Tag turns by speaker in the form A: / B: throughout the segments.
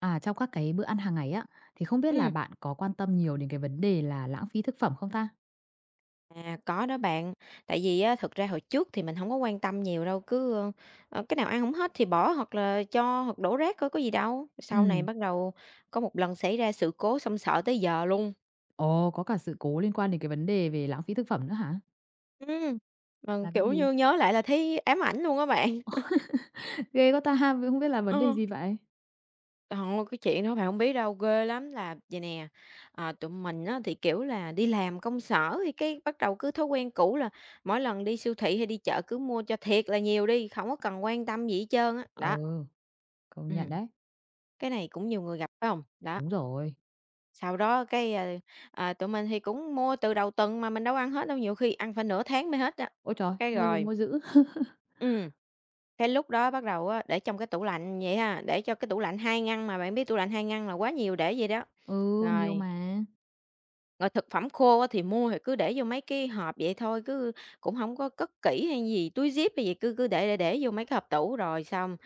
A: À, trong các cái bữa ăn hàng ngày á, thì không biết là
B: Ừm,
A: bạn có quan tâm nhiều đến cái vấn đề là lãng phí thực phẩm không ta?
B: à, có đó bạn. Tại vì á, thực ra hồi trước thì mình không có quan tâm nhiều đâu, cứ, cái nào ăn không hết thì bỏ hoặc là cho hoặc đổ rác thôi có gì đâu. Sau này
A: Ừm,
B: bắt đầu có một lần xảy ra sự cố xong sợ tới giờ luôn.
A: ồ, có cả sự cố liên quan đến cái vấn đề về lãng phí thực phẩm nữa hả?
B: Ừm, mà,
A: Là cái
B: kiểu
A: gì?
B: như, nhớ lại là thấy ám ảnh luôn á bạn.
A: Ghê quá ta, vậy không biết là vấn đề
B: Ờ.
A: gì vậy?
B: Hông, cái chuyện đó bạn không biết đâu, ghê lắm. Là vầy nè, tụi mình á thì, kiểu là, đi làm công sở thì cái bắt đầu cứ thói quen cũ là mỗi lần đi siêu thị hay đi chợ cứ mua cho thiệt là nhiều đi, không có cần quan tâm gì hết trơn á, đó.
A: Ừ, công nhận
B: Ừm,
A: đấy.
B: cái này cũng nhiều người gặp phải không? Đó.
A: Đúng rồi.
B: Sau đó cái, tụi mình thì cũng mua từ đầu tuần mà mình đâu ăn hết đâu, nhiều khi ăn phải nửa tháng mới hết á.
A: Ôi trời,
B: Cái
A: mua gì
B: rồi
A: mua dữ.
B: ừ cái lúc đó bắt đầu á, để trong cái tủ lạnh vậy ha, để cho cái tủ lạnh 2 ngăn mà bạn biết tủ lạnh 2 ngăn là quá nhiều để vậy đó.
A: Ừ, nhiều
B: Rồi,
A: mà.
B: rồi, thực phẩm khô á thì mua thì cứ để vô mấy cái hộp vậy thôi, cứ cũng không có cất kỹ hay gì, túi zip hay gì, cứ cứ để vô mấy cái hộp tủ. Rồi xong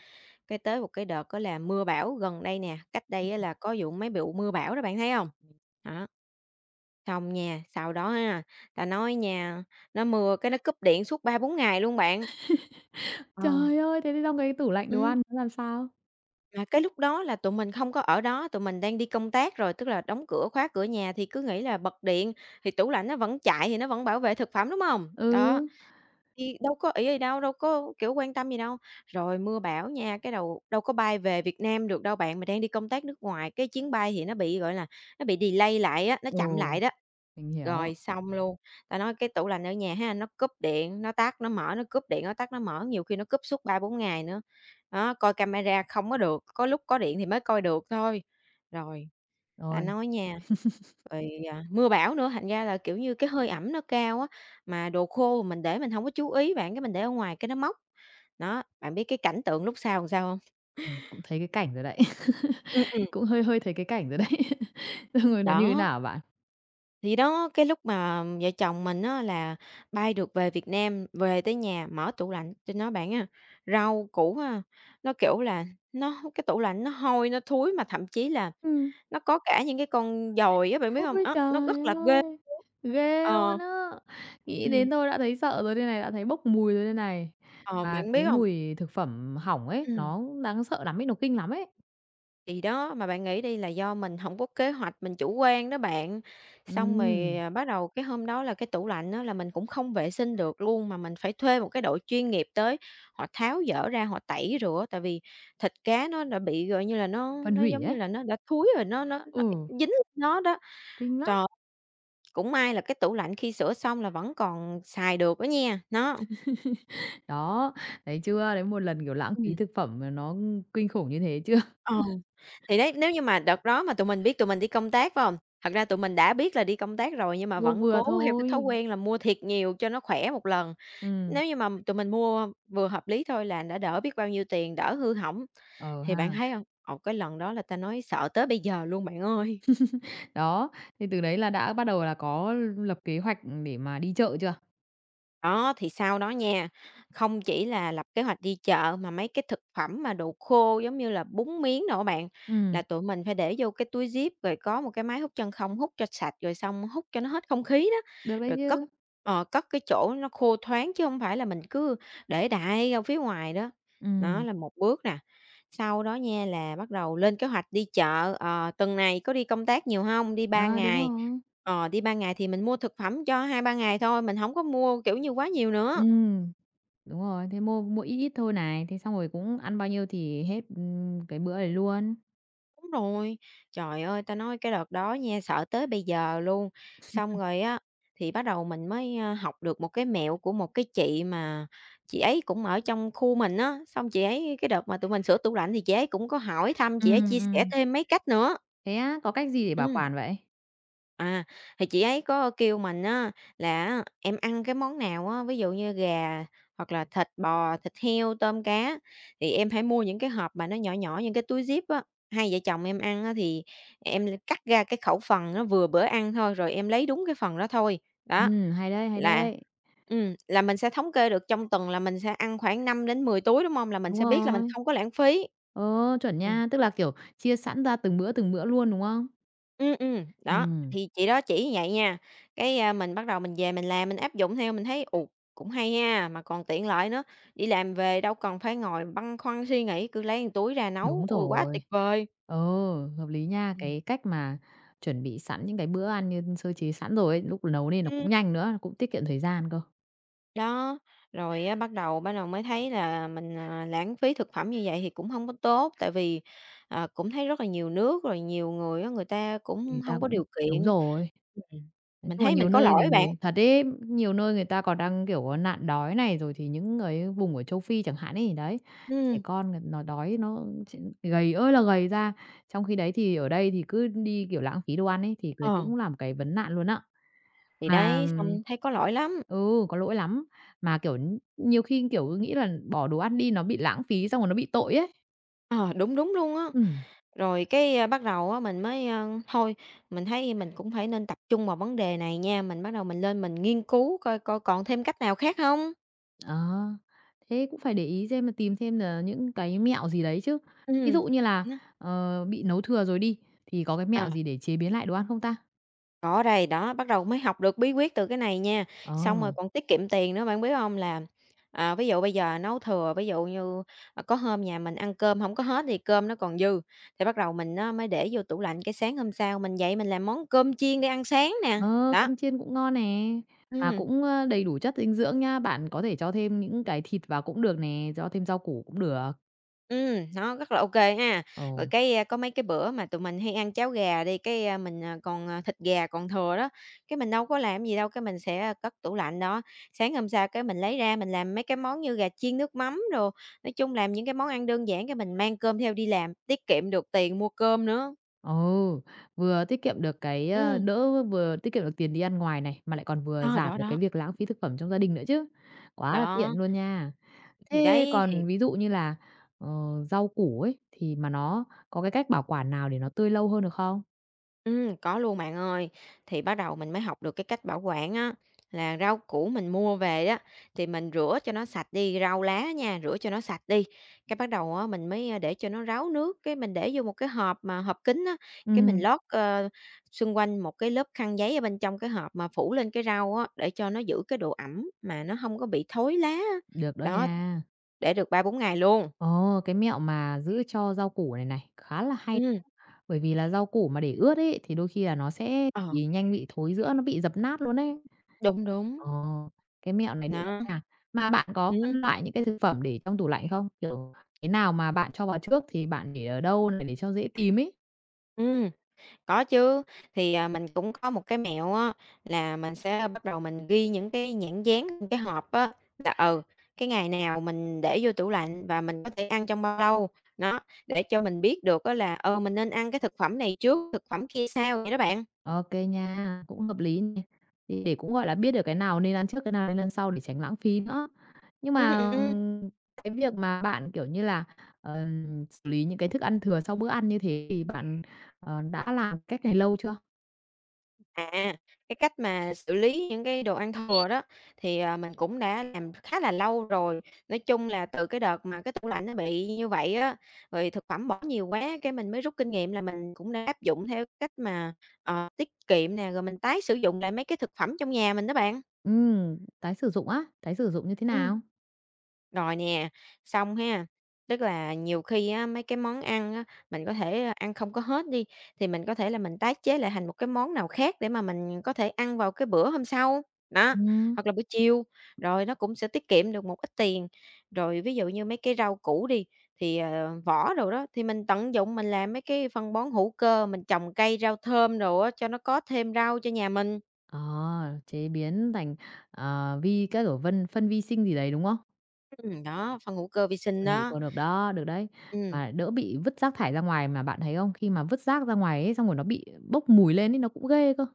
B: cái tới một cái đợt có là mưa bão gần đây nè, cách đây á là có vụ mấy vụ mưa bão đó, bạn thấy không? Đó. Xong nha, sau đó ha, ta nói nha, nó mưa cái nó cúp điện suốt ba bốn ngày luôn bạn. Ờ.
A: Trời ơi, thế thì trong cái tủ lạnh đồ
B: Ừm,
A: ăn nó làm sao?
B: mà cái lúc đó là tụi mình không có ở đó, tụi mình đang đi công tác rồi, tức là đóng cửa, khóa cửa nhà thì cứ nghĩ là bật điện thì tủ lạnh nó vẫn chạy thì nó vẫn bảo vệ thực phẩm, đúng không? Đó.
A: Ừ.
B: Thì đâu có ý gì đâu, đâu có, kiểu, quan tâm gì đâu. Rồi mưa bão nha, cái đầu đâu có bay về Việt Nam được đâu bạn, mà đang đi công tác nước ngoài, cái chuyến bay thì nó bị, gọi là, nó bị delay lại á, nó chậm
A: Ồ,
B: lại đó.
A: mình hiểu.
B: Rồi xong luôn, ta nói cái tủ lạnh ở nhà ha, nó cúp điện, nó tắt, nó mở, nó cúp điện, nó tắt, nó mở, nhiều khi nó cúp suốt ba bốn ngày nữa. Đó, coi camera không có được, có lúc có điện thì mới coi được thôi. Rồi, ta
A: Rồi,
B: nói nha rồi, mưa bão nữa, thành ra là, kiểu như, cái hơi ẩm nó cao á, mà đồ khô mình để mình hổng có chú ý bạn, cái mình để ở ngoài cái nó mốc. Đó, bạn biết cái cảnh tượng lúc sau làm sao hông?
A: cũng thấy cái cảnh rồi đấy.
B: Ừm, ừm.
A: Cũng hơi hơi thấy cái cảnh rồi đấy. Xong rồi nó như thế
B: Đó,
A: nào bạn?
B: thì đó, cái lúc mà vợ chồng mình á là bay được về Việt Nam, về tới nhà mở tủ lạnh, tôi nói bạn á, rau củ á, nó, kiểu là, nó cái tủ lạnh nó hôi, nó thúi mà thậm chí là
A: Ừm.
B: nó có cả những cái con dồi á, bạn biết hông?
A: Ôi
B: Á, nó
A: trời
B: rất là ghê
A: ơi!
B: luôn.
A: Ghê luôn
B: Ờ.
A: á! Nghĩ
B: Ừm,
A: đến thôi đã thấy sợ rồi đây này, đã thấy bốc mùi rồi đây này.
B: ờ,
A: Mà
B: bạn biết
A: cái
B: hông?
A: mùi thực phẩm hỏng ấy,
B: Ừm.
A: nó đáng sợ lắm ấy, nó kinh lắm ấy.
B: Thì đó, mà bạn nghĩ đi là do mình hổng có kế hoạch, mình chủ quan đó bạn. Xong rồi,
A: Ừm,
B: bắt đầu cái hôm đó là cái tủ lạnh á là mình cũng không vệ sinh được luôn, mà mình phải thuê một cái đội chuyên nghiệp tới, họ tháo dỡ ra, họ tẩy rửa, tại vì thịt cá nó đã bị, gọi như là,
A: phân
B: nó,
A: hủy
B: giống như
A: ấy.
B: là, nó đã thúi rồi, nó
A: Ừ,
B: dính nó đó.
A: kinh lắm.
B: Trời, cũng may là cái tủ lạnh khi sửa xong là vẫn còn xài được đó nha, nó.
A: Đó, thấy chưa? Đấy, một lần, kiểu, lãng phí
B: Ừm.
A: thực phẩm mà nó kinh khủng như thế chưa?
B: Ờ, thì đấy, nếu như mà đợt đó mà tụi mình biết tụi mình đi công tác, phải hông? Thật ra tụi mình đã biết là đi công tác rồi nhưng mà
A: Vô
B: vẫn
A: vừa
B: cố theo cái thói
A: thôi.
B: quen là mua thiệt nhiều cho nó khỏe một lần.
A: Ừm,
B: Nếu như mà tụi mình mua vừa hợp lý thôi là đã đỡ biết bao nhiêu tiền, đỡ hư hỏng.
A: ờ
B: Thì bạn
A: ha.
B: thấy hông? Ồ, cái lần đó là ta nói sợ tới bây giờ luôn bạn ơi.
A: Đó, thì từ đấy là đã bắt đầu là có lập kế hoạch để mà đi chợ chưa?
B: Đó, thì sau đó nha, không chỉ là lập kế hoạch đi chợ mà mấy cái thực phẩm mà đồ khô giống như là bún miến đồ á bạn,
A: Ừm,
B: là tụi mình phải để vô cái túi zip, rồi có một cái máy hút chân không hút cho sạch, rồi xong hút cho nó hết không khí đó,
A: được đấy
B: rồi cất,
A: chứ.
B: cất cái chỗ nó khô thoáng chứ không phải là mình cứ để đại ra phía ngoài đó. Đó
A: Ừm.
B: là một bước nè. Sau đó nha là bắt đầu lên kế hoạch đi chợ, ờ, tuần này có đi công tác nhiều không? Đi 3
A: Ờ, đúng
B: ngày.
A: rồi.
B: Ờ, đi 3 ngày thì mình mua thực phẩm cho hai ba ngày thôi, mình hổng có mua, kiểu như, quá nhiều nữa.
A: Ừm, đúng rồi, thế mua mua ít ít thôi này, thế xong rồi cũng ăn bao nhiêu thì hết, cái bữa đấy luôn.
B: Đúng rồi. Trời ơi, ta nói cái đợt đó nha, sợ tới bây giờ luôn. Xong rồi á, thì bắt đầu mình mới, học được một cái mẹo của một cái chị mà chị ấy cũng ở trong khu mình á, xong chị ấy cái đợt mà tụi mình sửa tủ lạnh thì chị ấy cũng có hỏi thăm, chị ấy
A: Ừm,
B: chia sẻ
A: ừm.
B: thêm mấy cách nữa.
A: Thế á, có cách gì để bảo
B: Ừm.
A: quản vậy?
B: À, thì chị ấy có kêu mình á là "Em ăn cái món nào á, ví dụ như gà hoặc là thịt bò, thịt heo, tôm cá thì em hãy mua những cái hộp mà nó nhỏ nhỏ, những cái túi zip á." Hai vợ chồng em ăn á thì em l cắt ra cái khẩu phần nó vừa bữa ăn thôi, rồi em lấy đúng cái phần đó thôi. Đó,
A: Hay đấy, hay
B: là
A: đấy.
B: là mình sẽ thống kê được trong tuần là mình sẽ ăn khoảng 5 đến 10 túi, đúng không? Là mình
A: Đúng
B: sẽ biết là mình
A: rồi.
B: không có lãng phí.
A: Ờ, chuẩn
B: Ừm,
A: nha, tức là, kiểu, chia sẵn ra từng bữa luôn, đúng không?
B: đó,
A: Ừm,
B: thì chị đó chỉ như vậy nha. Cái, mình bắt đầu mình về mình làm, mình áp dụng theo, mình thấy, cũng hay ha, mà còn tiện lợi nữa, đi làm về đâu cần phải ngồi băn khoăn suy nghĩ, cứ lấy một túi ra nấu,
A: đúng
B: ôi, quá
A: rồi.
B: tuyệt vời.
A: Ờ, hợp lý nha,
B: Ừm.
A: cái cách mà chuẩn bị sẵn những cái bữa ăn như sơ chế sẵn rồi ấy, lúc nấu nên nó cũng nhanh nữa, cũng tiết kiệm thời gian cơ.
B: Đó, rồi á, bắt đầu mới thấy là mình, lãng phí thực phẩm như vậy thì cũng không có tốt, tại vì, cũng thấy rất là nhiều nước, rồi nhiều người á, người ta cũng
A: Người ta
B: không có
A: cũng
B: điều
A: đúng
B: kiện.
A: rồi.
B: Ừm.
A: Nói
B: Mình
A: chung là
B: thấy
A: nhiều
B: mình có
A: nơi thì
B: lỗi bạn,
A: người thật đấy, nhiều nơi người ta còn đang, kiểu, có nạn đói này, rồi thì những người vùng ở châu Phi chẳng hạn ấy, đấy, trẻ
B: ừ
A: con là nó đói nó gầy ơi là gầy ra. Trong khi đấy thì ở đây thì cứ đi, kiểu, lãng phí đồ ăn ấy, thì đấy
B: ờ,
A: cũng làm cái vấn nạn luôn á.
B: thì
A: Mà
B: đấy, xong thấy có lỗi lắm,
A: ừ, có lỗi lắm, mà, kiểu, nhiều khi, kiểu, nghĩ là bỏ đồ ăn đi nó bị lãng phí xong rồi nó bị tội ấy.
B: ờ, đúng, đúng luôn á.
A: Ừm.
B: Rồi cái, bắt đầu á, mình mới, thôi mình thấy mình cũng phải nên tập trung vào vấn đề này nha, mình bắt đầu mình lên mình nghiên cứu coi coi còn thêm cách nào khác không?
A: Ờ, thế cũng phải để ý xem là tìm thêm là những cái mẹo gì đấy chứ. Ví
B: Ừ.
A: dụ như là,
B: Nó
A: ờ, bị nấu thừa rồi đi, thì có cái mẹo
B: ờ.
A: gì để chế biến lại đồ ăn không ta?
B: Có đây, đó, bắt đầu mới học được bí quyết từ cái này nha.
A: Ờ,
B: Xong rồi còn tiết kiệm tiền nữa, bạn biết không? Là, ví dụ bây giờ nấu thừa, ví dụ như, có hôm nhà mình ăn cơm không có hết thì cơm nó còn dư, thì bắt đầu mình nó mới để vô tủ lạnh, cái sáng hôm sau mình dậy mình làm món cơm chiên để ăn sáng nè,
A: ờ,
B: đó,
A: cơm chiên cũng ngon nè, mà
B: ừm.
A: cũng, ơ, đầy đủ chất dinh dưỡng nha bạn có thể cho thêm những cái thịt vào cũng được nè, cho thêm rau củ cũng được.
B: Nó rất là ô kê ha.
A: Ồ,
B: Rồi cái, có mấy cái bữa mà tụi mình hay ăn cháo gà đi, cái, mình, còn, thịt gà còn thừa đó, cái mình đâu có làm gì đâu, cái mình sẽ cất tủ lạnh đó. Sáng hôm sau cái mình lấy ra mình làm mấy cái món như gà chiên nước mắm đồ, nói chung làm những cái món ăn đơn giản cái mình mang cơm theo đi làm, tiết kiệm được tiền mua cơm nữa.
A: ừ, vừa tiết kiệm được cái, ơ,
B: Ừm,
A: đỡ vừa tiết kiệm được tiền đi ăn ngoài này, mà lại còn vừa
B: ờ,
A: giảm
B: đó,
A: được cái
B: đó,
A: việc lãng phí thực phẩm trong gia đình nữa chứ. Quá là tiện
B: đó,
A: luôn nha.
B: thì
A: Thế
B: đấy, thì
A: còn ví dụ như là, ờ, rau củ ấy, thì mà nó có cái cách bảo quản nào để nó tươi lâu hơn được không?
B: Có luôn bạn ơi. Thì bắt đầu mình mới học được cái cách bảo quản á, là rau củ mình mua về đó thì mình rửa cho nó sạch đi, rau lá nha, rửa cho nó sạch đi. Cái bắt đầu á, mình mới, để cho nó ráo nước, cái mình để vô một cái hộp mà hộp kín á, cái mình
A: Ừm.
B: lót, xung quanh một cái lớp khăn giấy ở bên trong cái hộp mà phủ lên cái rau á, để cho nó giữ cái độ ẩm mà nó không có bị thối lá á.
A: Được đó
B: Đó,
A: nha.
B: để được ba bốn ngày luôn.
A: Ồ, cái mẹo mà giữ cho rau củ này này, khá là hay,
B: Ừm,
A: bởi vì là rau củ mà để ướt ấy, thì đôi khi là nó sẽ
B: ờ,
A: bị nhanh bị thối rữa, nó bị dập nát luôn ấy.
B: đúng,
A: Ờ,
B: đúng,
A: cái mẹo này được đó
B: đó,
A: nha. Mà bạn có phân
B: ừm,
A: loại những cái thực phẩm để trong tủ lạnh không? Kiểu, cái nào mà bạn cho vào trước thì bạn để ở đâu này để cho dễ tìm ấy?
B: ừm. Có chứ, thì, mình cũng có một cái mẹo á, là mình sẽ bắt đầu mình ghi những cái nhãn dán trên cái hộp á, là, cái ngày nào mình để vô tủ lạnh và mình có thể ăn trong bao lâu. Nó để cho mình biết được á là, mình nên ăn cái thực phẩm này trước, thực phẩm kia sau vậy đó bạn.
A: OK nha, cũng hợp lý nè. Thì để cũng, gọi là, biết được cái nào nên ăn trước, cái nào nên ăn sau để tránh lãng phí nữa. Nhưng
B: Ừm, ừm,
A: mà
B: ừm.
A: cái việc mà bạn, kiểu như là, xử lý những cái thức ăn thừa sau bữa ăn như thế thì bạn, ờ, đã làm cách này lâu chưa?
B: À, cái cách mà xử lý những cái đồ ăn thừa đó thì, mình cũng đã làm khá là lâu rồi. Nói chung là từ cái đợt mà cái tủ lạnh nó bị như vậy á, rồi thực phẩm bỏ nhiều quá, cái mình mới rút kinh nghiệm là mình cũng đã áp dụng theo cách mà, tiết kiệm nè, rồi mình tái sử dụng lại mấy cái thực phẩm trong nhà mình đó bạn.
A: Tái sử dụng á, tái sử dụng như thế
B: Ừm.
A: nào?
B: Rồi nè, xong ha, tức là nhiều khi á, mấy cái món ăn á, mình có thể ăn không có hết đi, thì mình có thể là mình tái chế lại thành một cái món nào khác để mà mình có thể ăn vào cái bữa hôm sau, đó,
A: Ừm.
B: hoặc là buổi chiều, rồi nó cũng sẽ tiết kiệm được một ít tiền. Rồi ví dụ như mấy cái rau củ đi, thì, vỏ đồ đó, thì mình tận dụng mình làm mấy cái phân bón hữu cơ, mình trồng cây rau thơm đồ á, cho nó có thêm rau cho nhà mình.
A: Ờ, chế biến thành, ờ, vi các kiểu vân phân vi sinh gì đấy, đúng không?
B: Đó, phân hữu cơ vi sinh
A: Mình hiểu
B: đó.
A: còn được đó, được đấy.
B: Ừm.
A: Mà đỡ bị vứt rác thải ra ngoài, mà bạn thấy không? Khi mà vứt rác ra ngoài ấy, xong rồi nó bị bốc mùi lên ấy, nó cũng ghê cơ.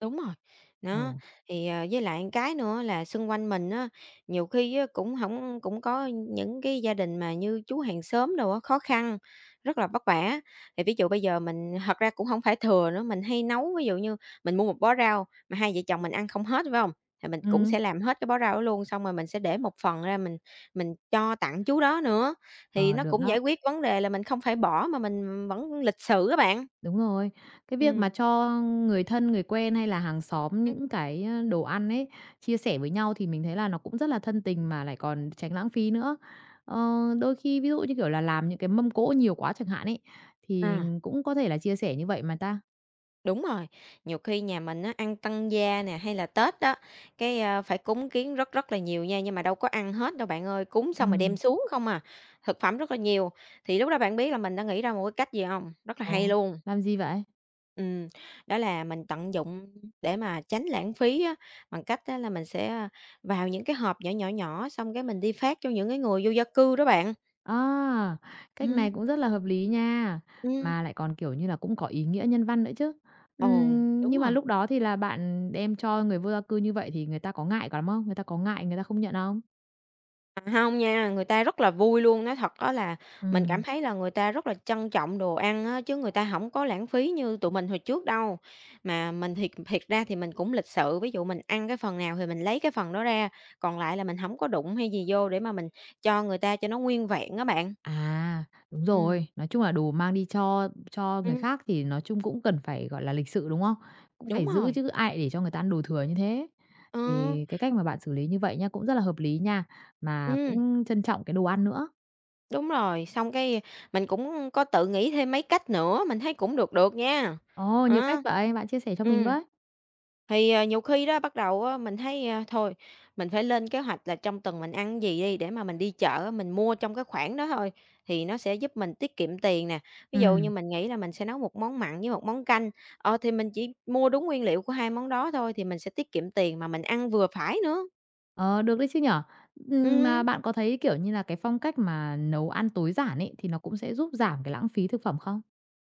B: Đúng rồi, đó,
A: Ừ,
B: thì, với lại cái nữa là xung quanh mình á, nhiều khi á cũng không cũng có những cái gia đình mà như chú hàng xóm đồ á, khó khăn, rất là vất vả. Thì ví dụ bây giờ mình thật ra cũng không phải thừa nữa, mình hay nấu, ví dụ như mình mua một bó rau mà hai vợ chồng mình ăn không hết, phải không? Thì mình cũng
A: ừm,
B: sẽ làm hết cái bó rau đó luôn, xong rồi mình sẽ để một phần ra mình cho tặng chú đó nữa, thì
A: ờ,
B: nó
A: được
B: cũng
A: đó,
B: giải quyết vấn đề là mình không phải bỏ mà mình vẫn lịch sự các bạn.
A: đúng rồi. Cái việc
B: Ừ.
A: mà cho người thân, người quen hay là hàng xóm
B: Ừm,
A: những cái, ơ, đồ ăn ấy, chia sẻ với nhau thì mình thấy là nó cũng rất là thân tình mà lại còn tránh lãng phí nữa. Ờ, đôi khi ví dụ như, kiểu là, làm những cái mâm cỗ nhiều quá chẳng hạn ấy, thì
B: à.
A: cũng có thể là chia sẻ như vậy mà ta.
B: Đúng rồi, nhiều khi nhà mình á, ăn tăng gia nè, hay là Tết đó, cái, phải cúng kiến rất rất là nhiều nha, nhưng mà đâu có ăn hết đâu bạn ơi, cúng xong rồi
A: Ừm,
B: đem xuống không à, thực phẩm rất là nhiều. Thì lúc đó bạn biết là mình đã nghĩ ra một cái cách gì không? Rất là
A: ờ,
B: hay luôn.
A: làm gì vậy?
B: Ừm, đó là mình tận dụng để mà tránh lãng phí á, bằng cách á là mình sẽ, vào những cái hộp nhỏ, nhỏ, nhỏ, xong cái mình đi phát cho những cái người vô gia cư đó bạn.
A: À, cách này
B: Ừm,
A: cũng rất là hợp lý nha,
B: ừm,
A: mà lại còn, kiểu như là, cũng có ý nghĩa nhân văn nữa chứ.
B: ồ, đúng
A: Nhưng mà
B: rồi.
A: lúc đó thì là bạn đem cho người vô gia cư như vậy thì người ta có ngại lắm không? Người ta có ngại người ta không nhận không?
B: À, hông nha, người ta rất là vui luôn, nói thật đó là mình cảm
A: Ừm.
B: thấy là người ta rất là trân trọng đồ ăn á, chứ người ta không có lãng phí như tụi mình hồi trước đâu. Mà mình thiệt thiệt ra thì mình cũng lịch sự, ví dụ mình ăn cái phần nào thì mình lấy cái phần đó ra, còn lại là mình không có đụng hay gì vô để mà mình cho người ta cho nó nguyên vẹn các bạn.
A: À, đúng
B: Ừm,
A: rồi, nói chung là đồ mang đi cho người
B: ừm,
A: khác thì nói chung cũng cần phải, gọi là, lịch sự, đúng không? Cũng phải
B: đúng
A: giữ
B: rồi.
A: chứ ai để cho người ta ăn đồ thừa như thế.
B: Ờ,
A: Thì cái cách mà bạn xử lý như vậy nha, cũng rất là hợp lý nha, mà
B: ừm.
A: cũng trân trọng cái đồ ăn nữa.
B: Đúng rồi, xong cái mình cũng có tự nghĩ thêm mấy cách nữa, mình thấy cũng được được nha.
A: Ồ, nhiều cách
B: Đó.
A: vậy, bạn chia sẻ cho mình
B: Ừm.
A: với.
B: Thì, nhiều khi đó bắt đầu á mình thấy, thôi mình phải lên kế hoạch là trong tuần mình ăn gì đi để mà mình đi chợ á, mình mua trong cái khoản đó thôi, thì nó sẽ giúp mình tiết kiệm tiền nè. Ví dụ như
A: Ừm.
B: mình nghĩ là mình sẽ nấu một món mặn với một món canh, thì mình chỉ mua đúng nguyên liệu của hai món đó thôi thì mình sẽ tiết kiệm tiền mà mình ăn vừa phải nữa.
A: Ờ, được đấy chứ nhở. Mà
B: Ừm.
A: bạn có thấy, kiểu như là, cái phong cách mà nấu ăn tối giản ấy, thì nó cũng sẽ giúp giảm cái lãng phí thực phẩm không?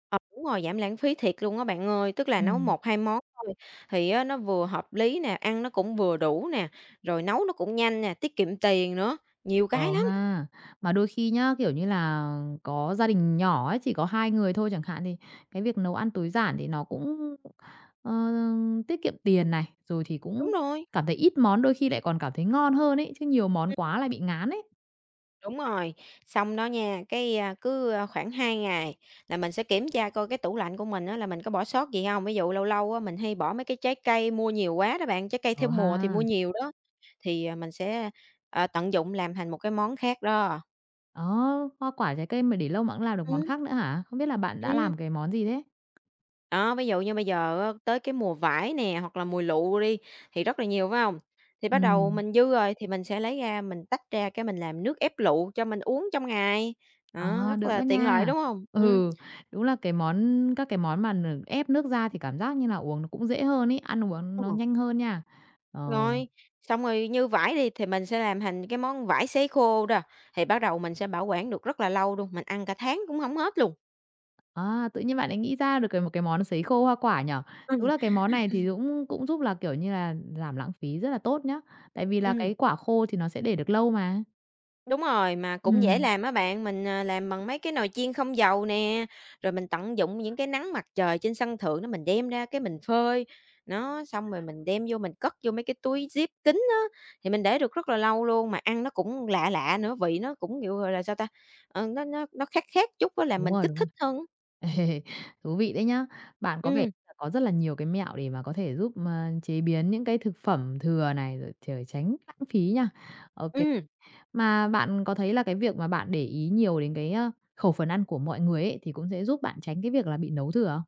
B: Ờ, đúng rồi, giảm lãng phí thiệt luôn á bạn ơi, tức là nấu
A: Ừm.
B: một hai món thôi thì á nó vừa hợp lý nè, ăn nó cũng vừa đủ nè, rồi nấu nó cũng nhanh nè, tiết kiệm tiền nữa, nhiều cái
A: Ờ
B: lắm.
A: ha. Mà đôi khi nhá, kiểu như là, có gia đình nhỏ ấy, chỉ có 2 người thôi chẳng hạn, thì cái việc nấu ăn tối giản thì nó cũng, ờ, tiết kiệm tiền này, rồi thì cũng
B: Đúng rồi,
A: cảm thấy ít món đôi khi lại còn cảm thấy ngon hơn ấy, chứ nhiều món
B: ừm,
A: quá lại bị ngán ấy.
B: đúng rồi. Xong đó nha, cái, cứ, khoảng 2 ngày là mình sẽ kiểm tra coi cái tủ lạnh của mình á là mình có bỏ sót gì không? Ví dụ lâu lâu á mình hay bỏ mấy cái trái cây mua nhiều quá đó bạn, trái cây
A: Ờ
B: theo
A: ha.
B: mùa thì mua nhiều đó, thì, mình sẽ, tận dụng làm thành một cái món khác đó.
A: Đó, hoa quả, trái cây mà để lâu mà cũng làm được món
B: Ừm,
A: khác nữa hả? Không biết là bạn đã
B: ừm.
A: làm cái món gì thế?
B: Đó, ví dụ như bây giờ á, tới cái mùa vải nè, hoặc là mùa lụa đi, thì rất là nhiều, phải không? Thì bắt đầu
A: Ừm.
B: mình dư rồi thì mình sẽ lấy ra mình tách ra cái mình làm nước ép lụa cho mình uống trong ngày, đó,
A: Ờ,
B: rất
A: được đó
B: là tiện lợi,
A: nha.
B: đúng không?
A: Ừ, đúng là cái món các cái món mà ép nước ra thì cảm giác như là uống nó cũng dễ hơn ấy, ăn uống
B: Ờ.
A: nó
B: rồi,
A: nhanh hơn nha. Ờ,
B: Rồi, xong rồi như vải đi thì mình sẽ làm thành cái món vải sấy khô đó, thì bắt đầu mình sẽ bảo quản được rất là lâu luôn, mình ăn cả tháng cũng không hết luôn.
A: à, tự nhiên bạn lại nghĩ ra được cái một cái món sấy khô hoa quả nhở? Đúng
B: Ừm.
A: là cái món này thì dũng cũng giúp là, kiểu như là, giảm lãng phí rất là tốt nhá, tại vì là
B: Ừm.
A: cái quả khô thì nó sẽ để được lâu mà.
B: Đúng rồi, mà cũng dễ
A: Ừm,
B: làm á bạn, mình, làm bằng mấy cái nồi chiên không dầu nè, rồi mình tận dụng những cái nắng mặt trời trên sân thượng đó mình đem ra cái mình phơi. Nó, xong rồi mình đem vô mình cất vô mấy cái túi zip kín á, thì mình để được rất là lâu luôn, mà ăn nó cũng lạ lạ nữa, vị nó cũng, kiểu, gọi là, sao ta, nó khác khác chút á, là
A: đúng
B: mình
A: rồi,
B: kích
A: đúng rồi.
B: thích hơn á.
A: Thú vị đấy nhá. Bạn có vẻ
B: Ừm,
A: là có rất là nhiều cái mẹo để mà có thể giúp, ờ, chế biến những cái thực phẩm thừa này, rồi tránh lãng phí nha. OK. Mà bạn có thấy là cái việc mà bạn để ý nhiều đến cái, a, khẩu phần ăn của mọi người ấy, thì cũng sẽ giúp bạn tránh cái việc là bị nấu thừa không?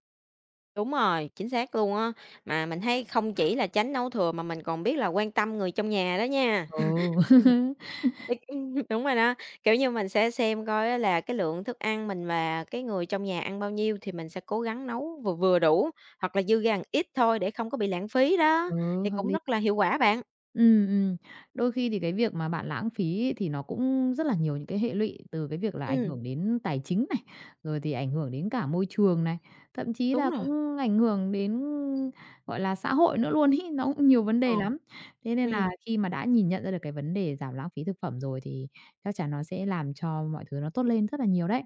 B: đúng rồi, chính xác luôn á. Mà mình thấy không chỉ là tránh nấu thừa mà mình còn biết là quan tâm người trong nhà đó nha.
A: Ừ.
B: Đúng rồi đó, kiểu như, mình sẽ xem coi á là cái lượng thức ăn mình và cái người trong nhà ăn bao nhiêu thì mình sẽ cố gắng nấu vừa vừa đủ, hoặc là dư ra một ít thôi để không có bị lãng phí đó,
A: Ừ,
B: thì
A: hợp
B: cũng
A: lý.
B: rất là hiệu quả bạn.
A: Ừm, ừm. Đôi khi thì cái việc mà bạn lãng phí ấy thì nó cũng rất là nhiều những cái hệ lụy, từ cái việc là ảnh
B: Ừm,
A: hưởng đến tài chính này, rồi thì ảnh hưởng đến cả môi trường này, thậm chí
B: đúng
A: là
B: rồi,
A: cũng ảnh hưởng đến, gọi là, xã hội nữa luôn ấy, nó cũng nhiều vấn đề
B: ờ.
A: lắm. Thế nên là
B: Ừm,
A: khi mà đã nhìn nhận ra được cái vấn đề giảm lãng phí thực phẩm rồi thì chắc chắn nó sẽ làm cho mọi thứ nó tốt lên rất là nhiều đấy.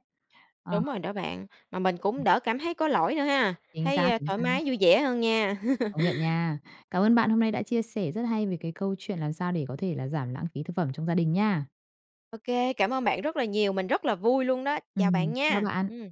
A: Ờ,
B: đúng rồi đó bạn, mà mình cũng đỡ cảm thấy có lỗi nữa ha, thấy,
A: chính
B: thoải
A: xác,
B: mái vui vẻ hơn nha.
A: công nhận nha. Cảm ơn bạn hôm nay đã chia sẻ rất hay về cái câu chuyện làm sao để có thể là giảm lãng phí thực phẩm trong gia đình nha.
B: OK, cảm ơn bạn rất là nhiều, mình rất là vui luôn đó. Chào bạn
A: Chào
B: nha.
A: bạn.
B: Ừm.